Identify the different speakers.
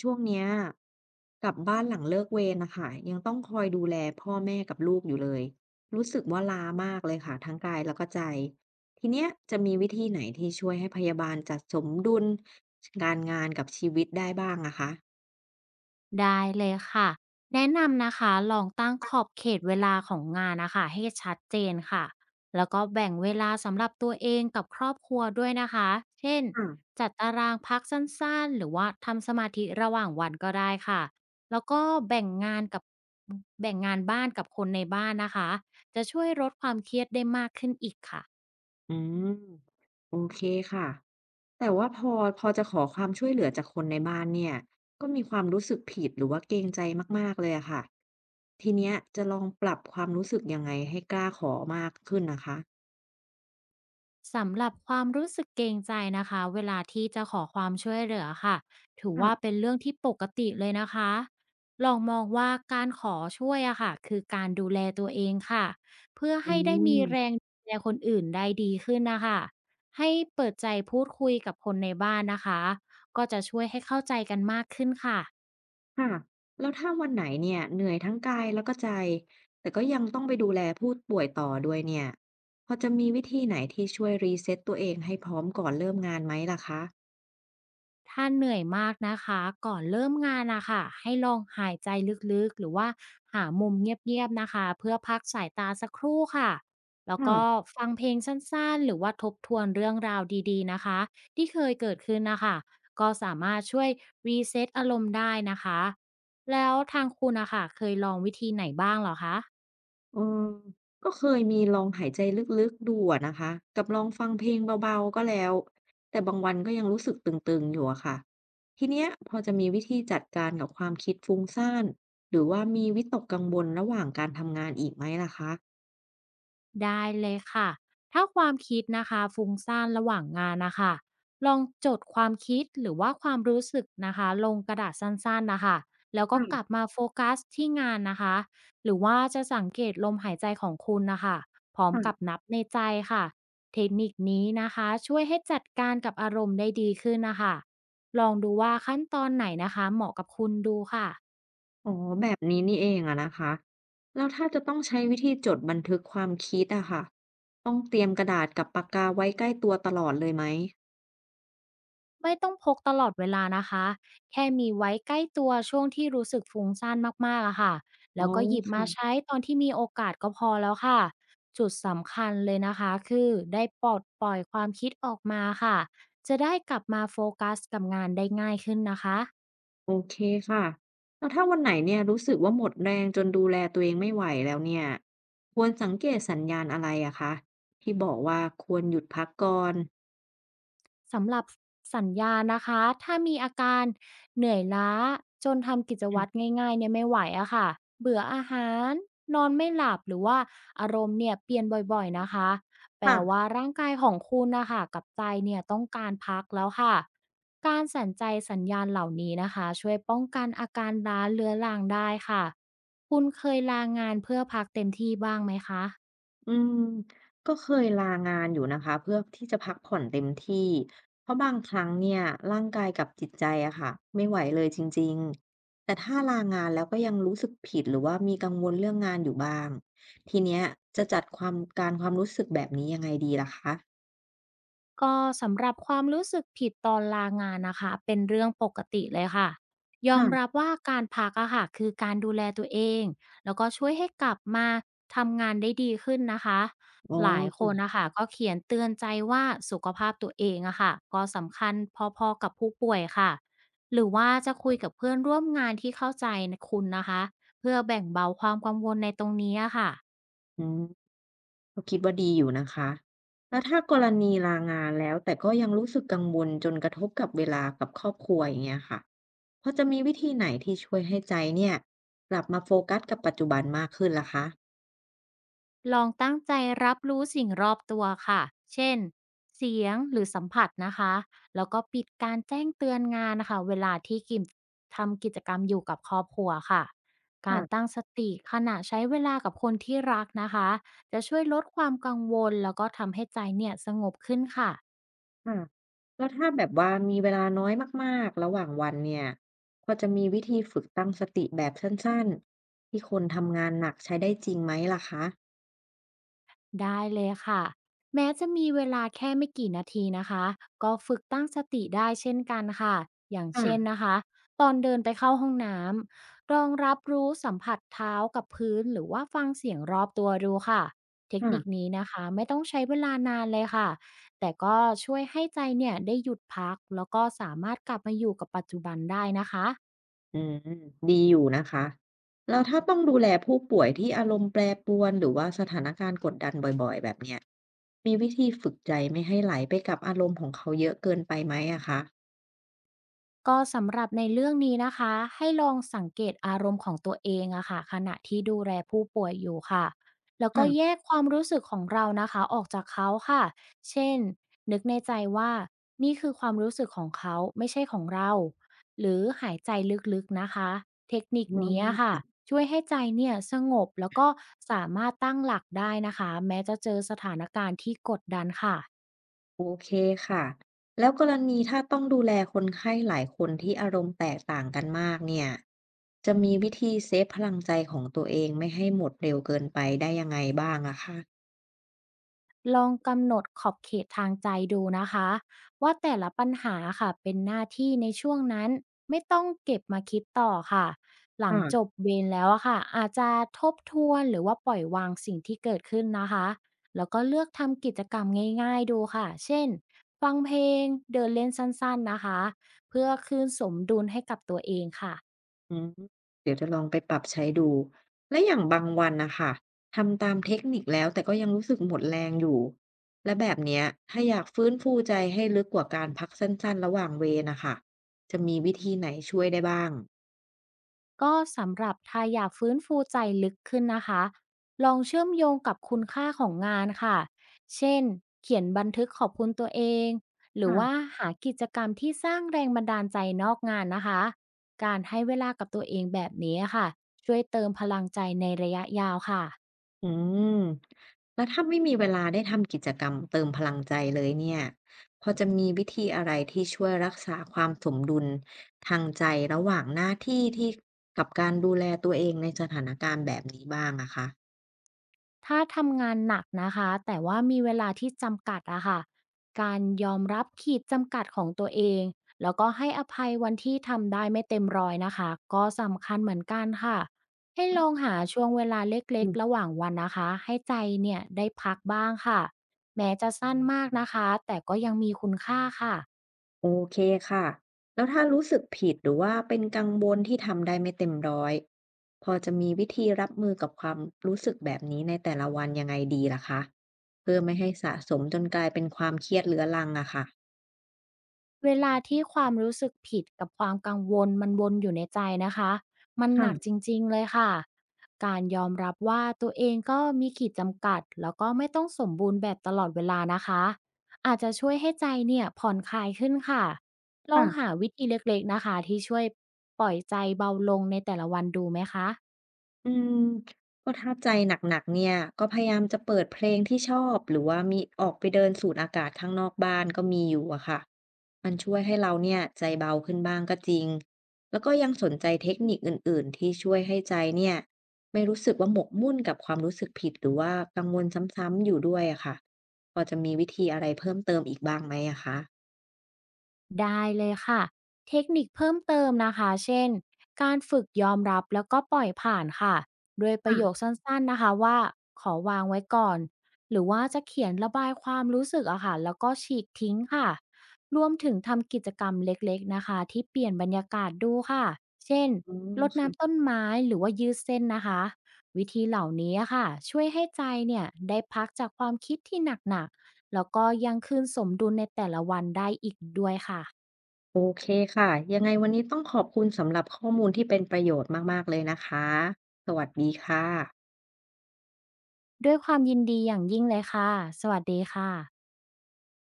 Speaker 1: ช่วงเนี้ยกลับบ้านหลังเลิกเวรนะคะยังต้องคอยดูแลพ่อแม่กับลูกอยู่เลยรู้สึกว่าล้ามากเลยค่ะทั้งกายแล้วก็ใจทีเนี้ยจะมีวิธีไหนที่ช่วยให้พยาบาลจัดสมดุลการงานกับชีวิตได้บ้างอะคะ
Speaker 2: ได้เลยค่ะแนะนำนะคะลองตั้งขอบเขตเวลาของงานนะคะให้ชัดเจนค่ะแล้วก็แบ่งเวลาสำหรับตัวเองกับครอบครัวด้วยนะคะเช่น
Speaker 1: ค่ะ
Speaker 2: จัดตารางพักสั้นๆหรือว่าทำสมาธิระหว่างวันก็ได้ค่ะแล้วก็แบ่งงานกับแบ่งงานบ้านกับคนในบ้านนะคะจะช่วยลดความเครียดได้มากขึ้นอีกค่ะ
Speaker 1: อืมโอเคค่ะแต่ว่าพอจะขอความช่วยเหลือจากคนในบ้านเนี่ยก็มีความรู้สึกผิดหรือว่าเกรงใจมากๆเลยอะค่ะทีเนี้ยจะลองปรับความรู้สึกยังไงให้กล้าขอมากขึ้นนะคะ
Speaker 2: สำหรับความรู้สึกเกรงใจนะคะเวลาที่จะขอความช่วยเหลือค่ะถือว่า
Speaker 1: ค่ะ
Speaker 2: เป็นเรื่องที่ปกติเลยนะคะลองมองว่าการขอช่วยอะค่ะคือการดูแลตัวเองค่ะเพื่อ
Speaker 1: อื
Speaker 2: ให้ได้มีแรง
Speaker 1: ม
Speaker 2: ดูแลคนอื่นได้ดีขึ้นนะคะให้เปิดใจพูดคุยกับคนในบ้านนะคะก็จะช่วยให้เข้าใจกันมากขึ้นค่ะ
Speaker 1: ค่ะแล้วถ้าวันไหนเนี่ยเหนื่อยทั้งกายแล้วก็ใจ แต่ก็ยังต้องไปดูแลผู้ป่วยต่อด้วยเนี่ย พอจะมีวิธีไหนที่ช่วยรีเซ็ตตัวเองให้พร้อมก่อนเริ่มงานไหมล่ะคะ
Speaker 2: ถ้าเหนื่อยมากนะคะก่อนเริ่มงานนะคะให้ลองหายใจลึกๆหรือว่าหามุมเงียบๆนะคะเพื่อพักสายตาสักครู่ค่ะแล้วก็
Speaker 1: ค่ะ
Speaker 2: ฟังเพลงสั้นๆหรือว่าทบทวนเรื่องราวดีๆนะคะที่เคยเกิดขึ้นนะคะก็สามารถช่วยรีเซ็ตอารมณ์ได้นะคะแล้วทางคุณนะคะเคยลองวิธีไหนบ้างเหรอคะ
Speaker 1: เออก็เคยมีลองหายใจลึกๆดูอะนะคะกับลองฟังเพลงเบาๆก็แล้ว แต่บางวันก็ยังรู้สึกตึงๆอยู่อะค่ะ ทีเนี้ยพอจะมีวิธีจัดการกับความคิดฟุ้งซ่านหรือว่ามีวิตกกังวลระหว่างการทำงานอีกไหมล่ะคะ
Speaker 2: ได้เลยค่ะ ถ้าความคิดนะคะฟุ้งซ่านระหว่างงานนะคะลองจดความคิดหรือว่าความรู้สึกนะคะลงกระดาษสั้นๆนะคะแล้วก็กลับ
Speaker 1: ค่ะ
Speaker 2: มาโฟกัสที่งานนะคะหรือว่าจะสังเกตลมหายใจของคุณนะคะพร้อม
Speaker 1: ค่ะ
Speaker 2: กับนับในใจค่ะเทคนิคนี้นะคะช่วยให้จัดการกับอารมณ์ได้ดีขึ้นนะคะลองดูว่าขั้นตอนไหนนะคะเหมาะกับคุณดูค่ะ
Speaker 1: อ๋อแบบนี้นี่เองอะนะคะแล้วถ้าจะต้องใช้วิธีจดบันทึกความคิดอะค่ะต้องเตรียมกระดาษกับปากกาไว้ใกล้ตัวตลอดเลยไหม
Speaker 2: ไม่ต้องพกตลอดเวลานะคะ แค่มีไว้ใกล้ตัวช่วงที่รู้สึกฟุ้งซ่านมากๆอะค่ะ
Speaker 1: อ๋
Speaker 2: แล้
Speaker 1: อ
Speaker 2: วก็หยิบมา
Speaker 1: ค่ะ
Speaker 2: ใช้ตอนที่มีโอกาสก็พอแล้วค่ะ จุดสำคัญเลยนะคะคือได้ปลดปล่อยความคิดออกมาค่ะ จะได้กลับมาโฟกัสกับงานได้ง่ายขึ้นนะคะ
Speaker 1: โอเคค่ะแล้วถ้าวันไหนเนี่ยรู้สึกว่าหมดแรงจนดูแลตัวเองไม่ไหวแล้วเนี่ยควรสังเกตสัญญาณอะไรอะคะที่บอกว่าควรหยุดพักก่อน
Speaker 2: สำหรับสัญญาณนะคะถ้ามีอาการเหนื่อยล้าจนทำกิจ
Speaker 1: อื
Speaker 2: วัตร
Speaker 1: ม
Speaker 2: ง่ายๆเนี่ยไม่ไหวอะค่ะเบื่ออาหารนอนไม่หลับหรือว่าอารมณ์เนี่ยเปลี่ยนบ่อยๆนะคะแปล
Speaker 1: ค่ะ
Speaker 2: ว่าร่างกายของคุณนะคะกับใจเนี่ยต้องการพักแล้วค่ะการสันใจสัญญาณเหล่านี้นะคะช่วยป้องกันอาการล้าเรื้อรังได้ค่ะคุณเคยลางานเพื่อพักเต็มที่บ้างไหมคะ
Speaker 1: อืมก็เคยลางานอยู่นะคะเพื่อที่จะพักผ่อนเต็มที่เพราะบางครั้งเนี่ยร่างกายกับจิตใจอะค่ะไม่ไหวเลยจริงๆแต่ถ้าลางานแล้วก็ยังรู้สึกผิดหรือว่ามีกังวลเรื่องงานอยู่บ้างทีเนี้ยจะจัดความการความรู้สึกแบบนี้ยังไงดีล่ะคะ
Speaker 2: ก็สำหรับความรู้สึกผิดตอนลางานนะคะเป็นเรื่องปกติเลยค่ะยอมรับ
Speaker 1: ค่ะ
Speaker 2: ว่าการพักอะค่ะคือการดูแลตัวเองแล้วก็ช่วยให้กลับมาทำงานได้ดีขึ้นนะคะ
Speaker 1: อ๋อ
Speaker 2: หลายคน
Speaker 1: จ้ะ
Speaker 2: นะคะก็เขียนเตือนใจว่าสุขภาพตัวเองอะค่ะก็สำคัญพอๆกับผู้ป่วยค่ะหรือว่าจะคุยกับเพื่อนร่วมงานที่เข้าใจคุณนะคะเพื่อแบ่งเบาความกังวลในตรงนี้อะค่ะ
Speaker 1: อืมก็คิดว่าดีอยู่นะคะแล้วถ้ากรณีลางานแล้วแต่ก็ยังรู้สึกกังวลจนกระทบกับเวลากับครอบครัวอย่างเงี้ยค่ะ พอจะมีวิธีไหนที่ช่วยให้ใจเนี่ยกลับมาโฟกัสกับปัจจุบันมากขึ้นล่ะคะ
Speaker 2: ลองตั้งใจรับรู้สิ่งรอบตัวค่ะ เช่นเสียงหรือสัมผัสนะคะ แล้วก็ปิดการแจ้งเตือนงานนะคะ เวลาที่กิมทำกิจกรรมอยู่กับครอบครัวค่ะ การตั้
Speaker 1: ค่ะ
Speaker 2: งสติขณะใช้เวลากับคนที่รักนะคะ จะช่วยลดความกังวลแล้วก็ทำให้ใจเนี่ยสงบขึ้นค่ะ
Speaker 1: ค่ะแล้วถ้าแบบว่ามีเวลาน้อยมากๆระหว่างวันเนี่ยพอจะมีวิธีฝึกตั้งสติแบบสั้นๆที่คนทำงานหนักใช้ได้จริงไหมล่ะคะ
Speaker 2: ได้เลยค่ะแม้จะมีเวลาแค่ไม่กี่นาทีนะคะก็ฝึกตั้งสติได้เช่นกันค่ะอย่างเช่น
Speaker 1: ค่ะ
Speaker 2: นะคะตอนเดินไปเข้าห้องน้ำลองรับรู้สัมผัสเท้ากับพื้นหรือว่าฟังเสียงรอบตัวดูค่ะเทคนิค
Speaker 1: ค่ะ
Speaker 2: นี้นะคะไม่ต้องใช้เวลานานเลยค่ะแต่ก็ช่วยให้ใจเนี่ยได้หยุดพักแล้วก็สามารถกลับมาอยู่กับปัจจุบันได้นะคะ
Speaker 1: อืมดีอยู่นะคะแล้วถ้าต้องดูแลผู้ป่วยที่อารมณ์แปรปรวนหรือว่าสถานการณ์กดดันบ่อยๆแบบเนี้ยมีวิธีฝึกใจไม่ให้ไหลไปกับอารมณ์ของเขาเยอะเกินไปไหมอะคะ
Speaker 2: ก็สำหรับในเรื่องนี้นะคะให้ลองสังเกตอารมณ์ของตัวเองอะค่ะขณะที่ดูแลผู้ป่วยอยู่ค่ะแล้วก็แย
Speaker 1: ค่ะ
Speaker 2: กความรู้สึกของเรานะคะออกจากเขาค่ะเช่นนึกในใจว่านี่คือความรู้สึกของเขาไม่ใช่ของเราหรือหายใจลึกๆนะคะเทคนิค
Speaker 1: อ๋อ
Speaker 2: นี้อะค่ะ
Speaker 1: ค่ะ
Speaker 2: ช่วยให้ใจเนี่ยสงบแล้วก็สามารถตั้งหลักได้นะคะแม้จะเจอสถานการณ์ที่กดดันค่ะ
Speaker 1: โอเคค่ะแล้วกรณีถ้าต้องดูแลคนไข้หลายคนที่อารมณ์แตกต่างกันมากเนี่ยจะมีวิธีเซฟพลังใจของตัวเองไม่ให้หมดเร็วเกินไปได้ยังไงบ้างอะคะ
Speaker 2: ลองกำหนดขอบเขตทางใจดูนะคะว่าแต่ละปัญหาค่ะเป็นหน้าที่ในช่วงนั้นไม่ต้องเก็บมาคิดต่อค่ะหลังจบ
Speaker 1: ค่ะ
Speaker 2: เวรแล้วอะค่ะอาจจะทบทวนหรือว่าปล่อยวางสิ่งที่เกิดขึ้นนะคะแล้วก็เลือกทำกิจกรรมง่ายๆดูค่ะเช่นฟังเพลงเดินเล่นสั้นๆนะคะเพื่อคืนสมดุลให้กับตัวเองค่ะ
Speaker 1: อืมเดี๋ยวจะลองไปปรับใช้ดูแล้วอย่างบางวันน่ะค่ะทำตามเทคนิคแล้วแต่ก็ยังรู้สึกหมดแรงอยู่และแบบเนี้ยถ้าอยากฟื้นฟูใจให้ลึกกว่าการพักสั้นๆระหว่างเวรน่ะค่ะจะมีวิธีไหนช่วยได้บ้าง
Speaker 2: ก็สำหรับท้ายอยากฟื้นฟูใจลึกขึ้นนะคะลองเชื่อมโยงกับคุณค่าของงานค่ะเช่นเขียนบันทึกขอบคุณตัวเองหรือว่า
Speaker 1: ค่ะ
Speaker 2: หากิจกรรมที่สร้างแรงบันดาลใจนอกงานนะคะการให้เวลากับตัวเองแบบนี้ค่ะช่วยเติมพลังใจในระยะยาวค่ะ
Speaker 1: อืมแล้วถ้าไม่มีเวลาได้ทำกิจกรรมเติมพลังใจเลยเนี่ยพอจะมีวิธีอะไรที่ช่วยรักษาความสมดุลทางใจระหว่างหน้าที่กับการดูแลตัวเองในสถานการณ์แบบนี้บ้างอะคะ
Speaker 2: ถ้าทำงานหนักนะคะแต่ว่ามีเวลาที่จำกัดอะค่ะการยอมรับขีดจำกัดของตัวเองแล้วก็ให้อภัยวันที่ทำได้ไม่เต็มร้อยนะคะก็สำคัญเหมือนกันค่ะให้ลองหาช่วงเวลาเล็
Speaker 1: อื
Speaker 2: ก
Speaker 1: ม
Speaker 2: ๆระหว่างวันนะคะให้ใจเนี่ยได้พักบ้างค่ะแม้จะสั้นมากนะคะแต่ก็ยังมีคุณค่าค่ะ
Speaker 1: โอเคค่ะแล้วถ้ารู้สึกผิดหรือว่าเป็นกังวลที่ทำได้ไม่เต็มร้อยพอจะมีวิธีรับมือกับความรู้สึกแบบนี้ในแต่ละวันยังไงดีล่ะคะเพื่อไม่ให้สะสมจนกลายเป็นความเครียดเรื้อรังอะค่ะ
Speaker 2: เวลาที่ความรู้สึกผิดกับความกังวลมันวนอยู่ในใจนะคะ มันหนักจ
Speaker 1: ค่ะ
Speaker 2: ริงๆเลยค่ะ การยอมรับว่าตัวเองก็มีขีดจำกัดแล้วก็ไม่ต้องสมบูรณ์แบบตลอดเวลานะคะ อาจจะช่วยให้ใจเนี่ยผ่อนคลายขึ้นค่ะ ลองหา
Speaker 1: ค่ะ
Speaker 2: วิธีเล็กๆนะคะที่ช่วยปล่อยใจเบาลงในแต่ละวันดูไหมคะ
Speaker 1: อืมก็ถ้าใจหนักๆเนี่ยก็พยายามจะเปิดเพลงที่ชอบหรือว่ามีออกไปเดินสูดอากาศข้างนอกบ้านก็มีอยู่อะค่ะมันช่วยให้เราเนี่ยใจเบาขึ้นบ้างก็จริงแล้วก็ยังสนใจเทคนิคอื่นๆที่ช่วยให้ใจเนี่ยไม่รู้สึกว่าหมกมุ่นกับความรู้สึกผิดหรือว่ากังวลซ้ำๆอยู่ด้วยอะค่ะพอจะมีวิธีอะไรเพิ่มเติมอีกบ้างไหมอะคะ
Speaker 2: ได้เลยค่ะเทคนิคเพิ่มเติมนะคะเช่นการฝึกยอมรับแล้วก็ปล่อยผ่านค่ะโดยประโยค
Speaker 1: ค่ะ
Speaker 2: สั้นๆนะคะว่าขอวางไว้ก่อนหรือว่าจะเขียนระบายความรู้สึกอะค่ะแล้วก็ฉีกทิ้งค่ะรวมถึงทำกิจกรรมเล็กๆนะคะที่เปลี่ยนบรรยากาศดูค่ะเช่น
Speaker 1: อ๋อ
Speaker 2: รดน้ำ
Speaker 1: ค่ะ
Speaker 2: ต้นไม้หรือว่ายืดเส้นนะคะวิธีเหล่านี้อะค่ะช่วยให้ใจเนี่ยได้พักจากความคิดที่หนักๆแล้วก็ยังคืนสมดุลในแต่ละวันได้อีกด้วยค่ะ
Speaker 1: โอเคค่ะ ยังไงวันนี้ต้องขอบคุณสำหรับข้อมูลที่เป็นประโยชน์มากๆเลยนะคะ สวัสดีค่ะ
Speaker 2: ด้วยความยินดีอย่างยิ่งเลยค่ะ สวัสดีค่ะ